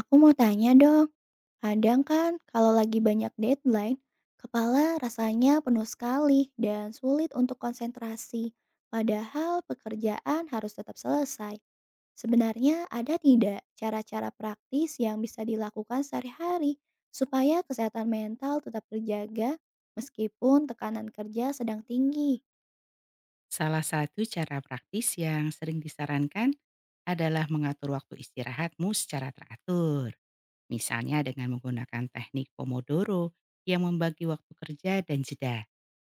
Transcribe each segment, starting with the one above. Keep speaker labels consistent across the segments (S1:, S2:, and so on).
S1: Aku mau tanya dong, kadang kan kalau lagi banyak deadline, kepala rasanya penuh sekali dan sulit untuk konsentrasi, padahal pekerjaan harus tetap selesai. Sebenarnya ada tidak cara-cara praktis yang bisa dilakukan sehari-hari supaya kesehatan mental tetap terjaga meskipun tekanan kerja sedang tinggi?
S2: Salah satu cara praktis yang sering disarankan adalah mengatur waktu istirahatmu secara teratur. Misalnya dengan menggunakan teknik Pomodoro yang membagi waktu kerja dan jeda.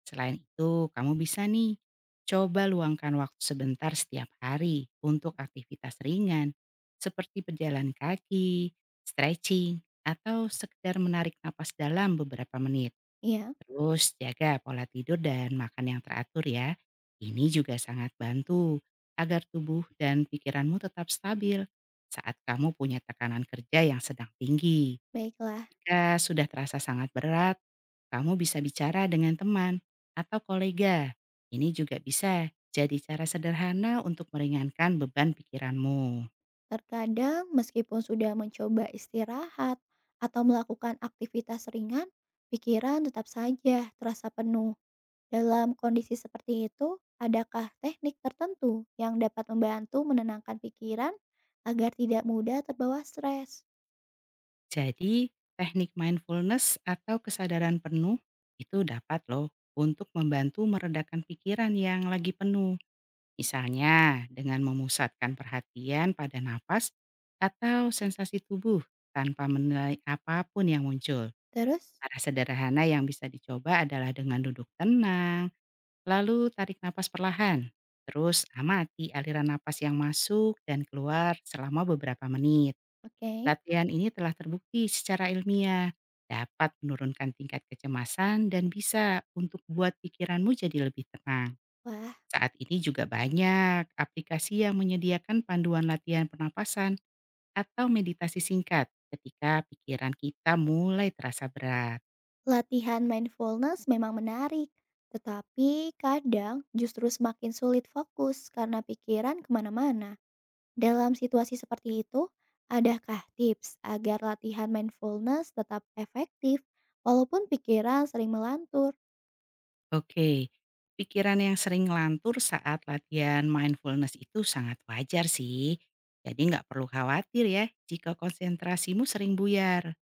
S2: Selain itu, kamu bisa nih coba luangkan waktu sebentar setiap hari untuk aktivitas ringan seperti berjalan kaki, stretching, atau sekedar menarik napas dalam beberapa menit.
S1: Ya,
S2: Terus jaga pola tidur dan makan yang teratur ya. Ini juga sangat bantu agar tubuh dan pikiranmu tetap stabil saat kamu punya tekanan kerja yang sedang tinggi.
S1: baiklah.
S2: Jika sudah terasa sangat berat, kamu bisa bicara dengan teman atau kolega. Ini juga bisa jadi cara sederhana untuk meringankan beban pikiranmu.
S1: Terkadang meskipun sudah mencoba istirahat atau melakukan aktivitas ringan, pikiran tetap saja terasa penuh. Dalam kondisi seperti itu, adakah teknik tertentu yang dapat membantu menenangkan pikiran agar tidak mudah terbawa stres?
S2: Jadi, teknik mindfulness atau kesadaran penuh itu dapat loh untuk membantu meredakan pikiran yang lagi penuh. Misalnya dengan memusatkan perhatian pada nafas atau sensasi tubuh tanpa menilai apapun yang muncul.
S1: Terus,
S2: Cara sederhana yang bisa dicoba adalah dengan duduk tenang, lalu tarik nafas perlahan. Terus amati aliran napas yang masuk dan keluar selama beberapa menit.
S1: oke,
S2: Latihan ini telah terbukti secara ilmiah dapat menurunkan tingkat kecemasan dan bisa untuk buat pikiranmu jadi lebih tenang.
S1: wah,
S2: Saat ini juga banyak aplikasi yang menyediakan panduan latihan pernapasan atau meditasi singkat ketika pikiran kita mulai terasa berat.
S1: latihan mindfulness memang menarik. Tetapi kadang justru semakin sulit fokus karena pikiran kemana-mana. Dalam situasi seperti itu, adakah tips agar latihan mindfulness tetap efektif walaupun pikiran sering melantur?
S2: Oke, pikiran yang sering ngelantur saat latihan mindfulness itu sangat wajar sih. Jadi nggak perlu khawatir ya jika konsentrasimu sering buyar.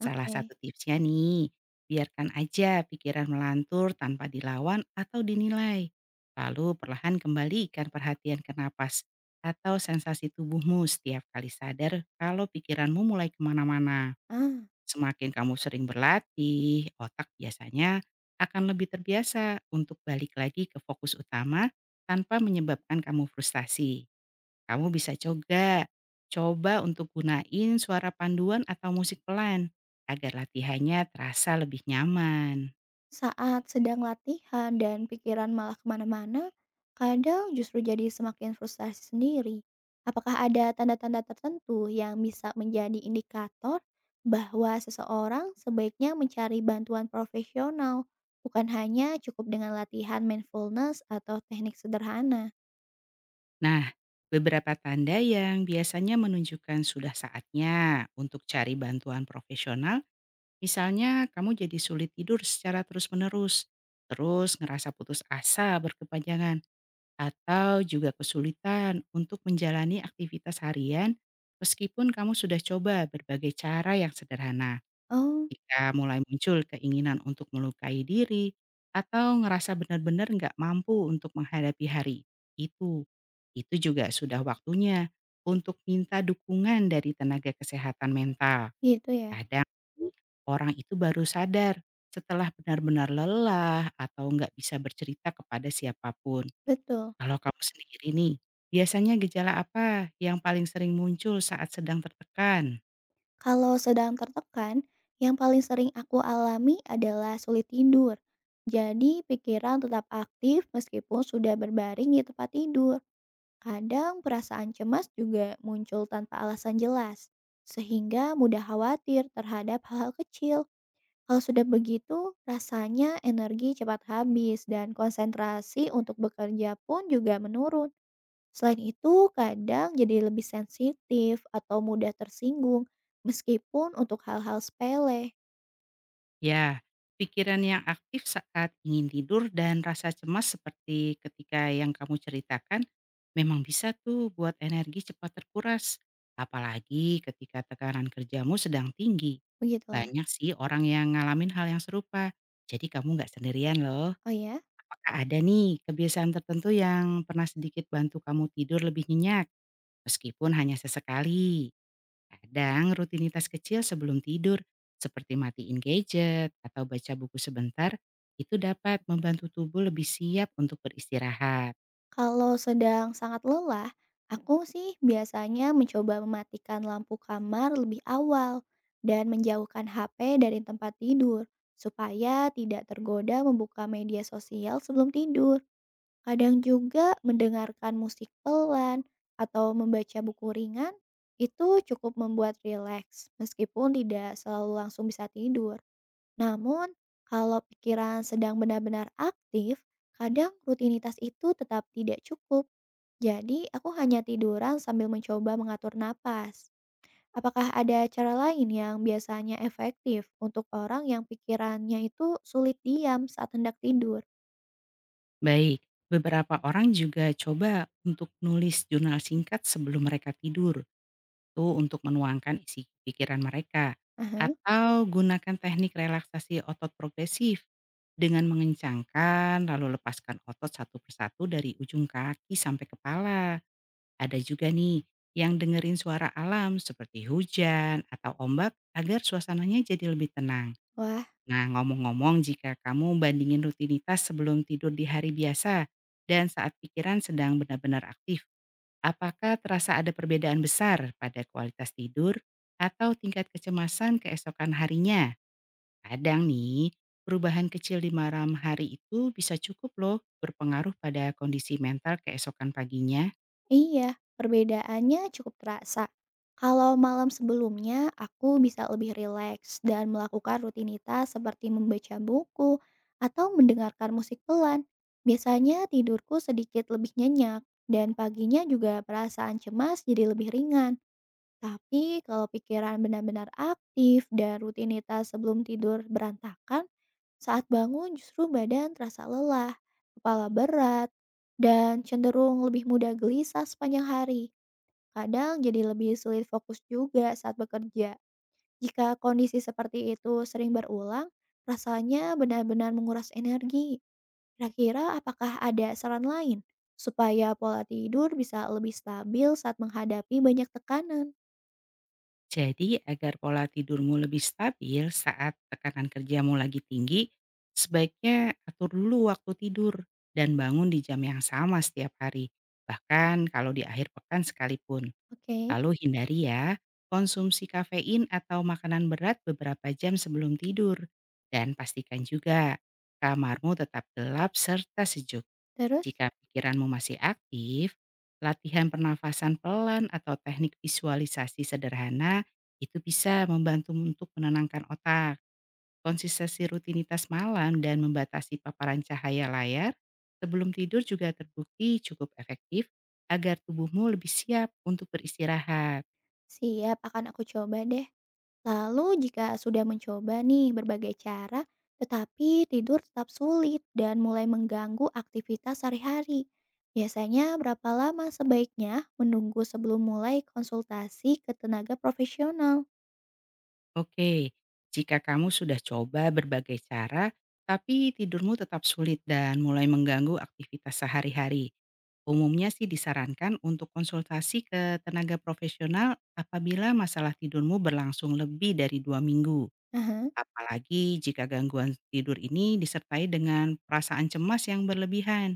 S2: Salah
S1: Oke.
S2: satu tipsnya nih, biarkan aja pikiran melantur tanpa dilawan atau dinilai. Lalu perlahan kembalikan perhatian ke napas atau sensasi tubuhmu setiap kali sadar kalau pikiranmu mulai kemana-mana.
S1: Ah,
S2: Semakin kamu sering berlatih, otak biasanya akan lebih terbiasa untuk balik lagi ke fokus utama tanpa menyebabkan kamu frustasi. Kamu bisa coba untuk gunain suara panduan atau musik pelan agar latihannya terasa lebih nyaman.
S1: saat sedang latihan dan pikiran malah kemana-mana, kadang justru jadi semakin frustrasi sendiri. Apakah ada tanda-tanda tertentu yang bisa menjadi indikator bahwa seseorang sebaiknya mencari bantuan profesional, bukan hanya cukup dengan latihan mindfulness atau teknik sederhana?
S2: Nah, beberapa tanda yang biasanya menunjukkan sudah saatnya untuk cari bantuan profesional, misalnya kamu jadi sulit tidur secara terus-menerus, terus ngerasa putus asa berkepanjangan, atau juga kesulitan untuk menjalani aktivitas harian meskipun kamu sudah coba berbagai cara yang sederhana.
S1: Oh.
S2: Jika mulai muncul keinginan untuk melukai diri atau ngerasa benar-benar nggak mampu untuk menghadapi hari itu, itu juga sudah waktunya untuk minta dukungan dari tenaga kesehatan mental.
S1: Gitu ya?
S2: Kadang orang itu baru sadar setelah benar-benar lelah atau nggak bisa bercerita kepada siapapun.
S1: Betul.
S2: Kalau kamu sendiri nih, biasanya gejala apa yang paling sering muncul saat sedang tertekan?
S1: Kalau sedang tertekan, yang paling sering aku alami adalah sulit tidur. Jadi pikiran tetap aktif meskipun sudah berbaring di tempat tidur. Kadang perasaan cemas juga muncul tanpa alasan jelas, sehingga mudah khawatir terhadap hal-hal kecil. Kalau sudah begitu, rasanya energi cepat habis dan konsentrasi untuk bekerja pun juga menurun. Selain itu, kadang jadi lebih sensitif atau mudah tersinggung, meskipun untuk hal-hal sepele,
S2: Ya, pikiran yang aktif saat ingin tidur dan rasa cemas seperti ketika yang kamu ceritakan memang bisa tuh buat energi cepat terkuras. Apalagi ketika tekanan kerjamu sedang tinggi.
S1: begitulah.
S2: Banyak sih orang yang ngalamin hal yang serupa. Jadi kamu nggak sendirian loh.
S1: Oh ya,
S2: Apakah ada nih kebiasaan tertentu yang pernah sedikit bantu kamu tidur lebih nyenyak? Meskipun hanya sesekali. Kadang rutinitas kecil sebelum tidur, seperti matiin gadget atau baca buku sebentar, itu dapat membantu tubuh lebih siap untuk beristirahat.
S1: kalau sedang sangat lelah, aku sih biasanya mencoba mematikan lampu kamar lebih awal dan menjauhkan HP dari tempat tidur, supaya tidak tergoda membuka media sosial sebelum tidur. Kadang juga mendengarkan musik pelan atau membaca buku ringan itu cukup membuat rileks meskipun tidak selalu langsung bisa tidur. Namun, kalau pikiran sedang benar-benar aktif, kadang rutinitas itu tetap tidak cukup. Jadi, aku hanya tiduran sambil mencoba mengatur napas. Apakah ada cara lain yang biasanya efektif untuk orang yang pikirannya itu sulit diam saat hendak tidur?
S2: Baik, beberapa orang juga coba untuk nulis jurnal singkat sebelum mereka tidur, tuh untuk menuangkan isi pikiran mereka.
S1: Aha.
S2: Atau gunakan teknik relaksasi otot progresif dengan mengencangkan lalu lepaskan otot satu persatu dari ujung kaki sampai kepala. Ada juga nih yang dengerin suara alam seperti hujan atau ombak agar suasananya jadi lebih tenang.
S1: Wah,
S2: Nah, ngomong-ngomong jika kamu bandingin rutinitas sebelum tidur di hari biasa dan saat pikiran sedang benar-benar aktif, apakah terasa ada perbedaan besar pada kualitas tidur atau tingkat kecemasan keesokan harinya? Kadang nih, perubahan kecil di malam hari itu bisa cukup loh berpengaruh pada kondisi mental keesokan paginya.
S1: iya, perbedaannya cukup terasa. Kalau malam sebelumnya, aku bisa lebih rileks dan melakukan rutinitas seperti membaca buku atau mendengarkan musik pelan. Biasanya tidurku sedikit lebih nyenyak, dan paginya juga perasaan cemas jadi lebih ringan. Tapi kalau pikiran benar-benar aktif dan rutinitas sebelum tidur berantakan, saat bangun justru badan terasa lelah, kepala berat, dan cenderung lebih mudah gelisah sepanjang hari. Kadang jadi lebih sulit fokus juga saat bekerja. Jika kondisi seperti itu sering berulang, rasanya benar-benar menguras energi. Kira-kira apakah ada saran lain supaya pola tidur bisa lebih stabil saat menghadapi banyak tekanan?
S2: Jadi agar pola tidurmu lebih stabil saat tekanan kerjamu lagi tinggi, sebaiknya atur dulu waktu tidur dan bangun di jam yang sama setiap hari, bahkan kalau di akhir pekan sekalipun.
S1: Oke.
S2: Lalu hindari ya konsumsi kafein atau makanan berat beberapa jam sebelum tidur. Dan pastikan juga kamarmu tetap gelap serta sejuk.
S1: Terus?
S2: Jika pikiranmu masih aktif, latihan pernafasan pelan atau teknik visualisasi sederhana itu bisa membantu untuk menenangkan otak. Konsistensi rutinitas malam dan membatasi paparan cahaya layar sebelum tidur juga terbukti cukup efektif agar tubuhmu lebih siap untuk beristirahat.
S1: Siap, akan aku coba deh. Lalu jika sudah mencoba nih berbagai cara, tetapi tidur tetap sulit dan mulai mengganggu aktivitas sehari-hari. Biasanya berapa lama sebaiknya menunggu sebelum mulai konsultasi ke tenaga profesional?
S2: Oke, jika kamu sudah coba berbagai cara, tapi tidurmu tetap sulit dan mulai mengganggu aktivitas sehari-hari, umumnya sih disarankan untuk konsultasi ke tenaga profesional apabila masalah tidurmu berlangsung lebih dari 2 minggu.
S1: Aha,
S2: Apalagi jika gangguan tidur ini disertai dengan perasaan cemas yang berlebihan,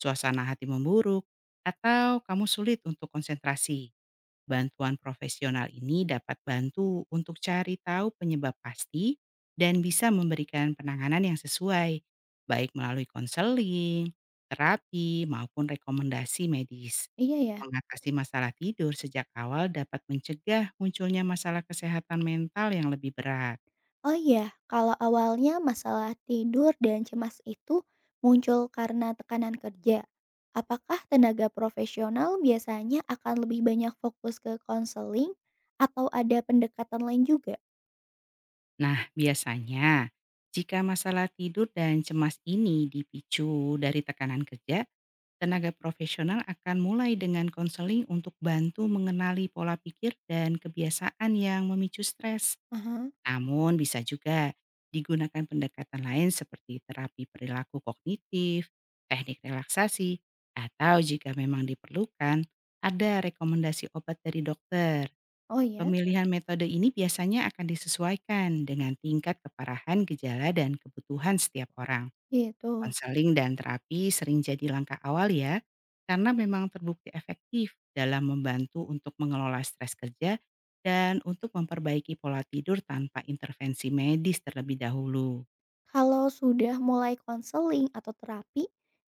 S2: suasana hati memburuk, atau kamu sulit untuk konsentrasi. Bantuan profesional ini dapat bantu untuk cari tahu penyebab pasti dan bisa memberikan penanganan yang sesuai, baik melalui konseling, terapi, maupun rekomendasi medis.
S1: iya ya.
S2: Mengatasi masalah tidur sejak awal dapat mencegah munculnya masalah kesehatan mental yang lebih berat.
S1: Oh iya, kalau awalnya masalah tidur dan cemas itu muncul karena tekanan kerja, apakah tenaga profesional biasanya akan lebih banyak fokus ke konseling atau ada pendekatan lain juga?
S2: Nah, biasanya jika masalah tidur dan cemas ini dipicu dari tekanan kerja, tenaga profesional akan mulai dengan konseling untuk bantu mengenali pola pikir dan kebiasaan yang memicu stres.
S1: Aha.
S2: Namun bisa juga digunakan pendekatan lain seperti terapi perilaku kognitif, teknik relaksasi, atau jika memang diperlukan, ada rekomendasi obat dari dokter.
S1: Oh ya,
S2: Pemilihan metode ini biasanya akan disesuaikan dengan tingkat keparahan gejala dan kebutuhan setiap orang.
S1: gitu.
S2: Konseling dan terapi sering jadi langkah awal ya, karena memang terbukti efektif dalam membantu untuk mengelola stres kerja dan untuk memperbaiki pola tidur tanpa intervensi medis terlebih dahulu.
S1: Kalau sudah mulai konseling atau terapi,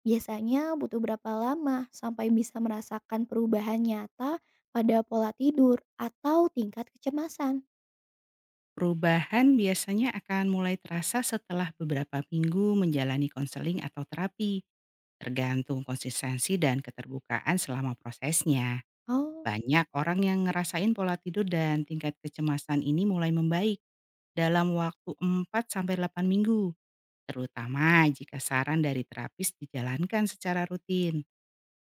S1: biasanya butuh berapa lama sampai bisa merasakan perubahan nyata pada pola tidur atau tingkat kecemasan?
S2: Perubahan biasanya akan mulai terasa setelah beberapa minggu menjalani konseling atau terapi, tergantung konsistensi dan keterbukaan selama prosesnya.
S1: Oh,
S2: Banyak orang yang ngerasain pola tidur dan tingkat kecemasan ini mulai membaik dalam waktu 4 sampai 8 minggu, terutama jika saran dari terapis dijalankan secara rutin.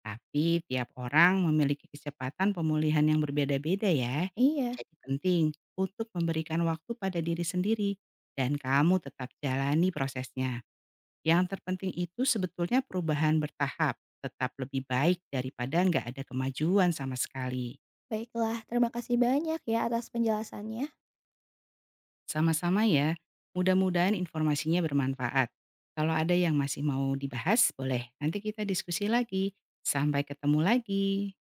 S2: Tapi tiap orang memiliki kecepatan pemulihan yang berbeda-beda ya.
S1: iya.
S2: Jadi penting untuk memberikan waktu pada diri sendiri dan kamu tetap jalani prosesnya. Yang terpenting itu sebetulnya perubahan bertahap, tetap lebih baik daripada nggak ada kemajuan sama sekali.
S1: Baiklah, terima kasih banyak ya atas penjelasannya.
S2: Sama-sama ya. Mudah-mudahan informasinya bermanfaat. Kalau ada yang masih mau dibahas, boleh. Nanti kita diskusi lagi. Sampai ketemu lagi.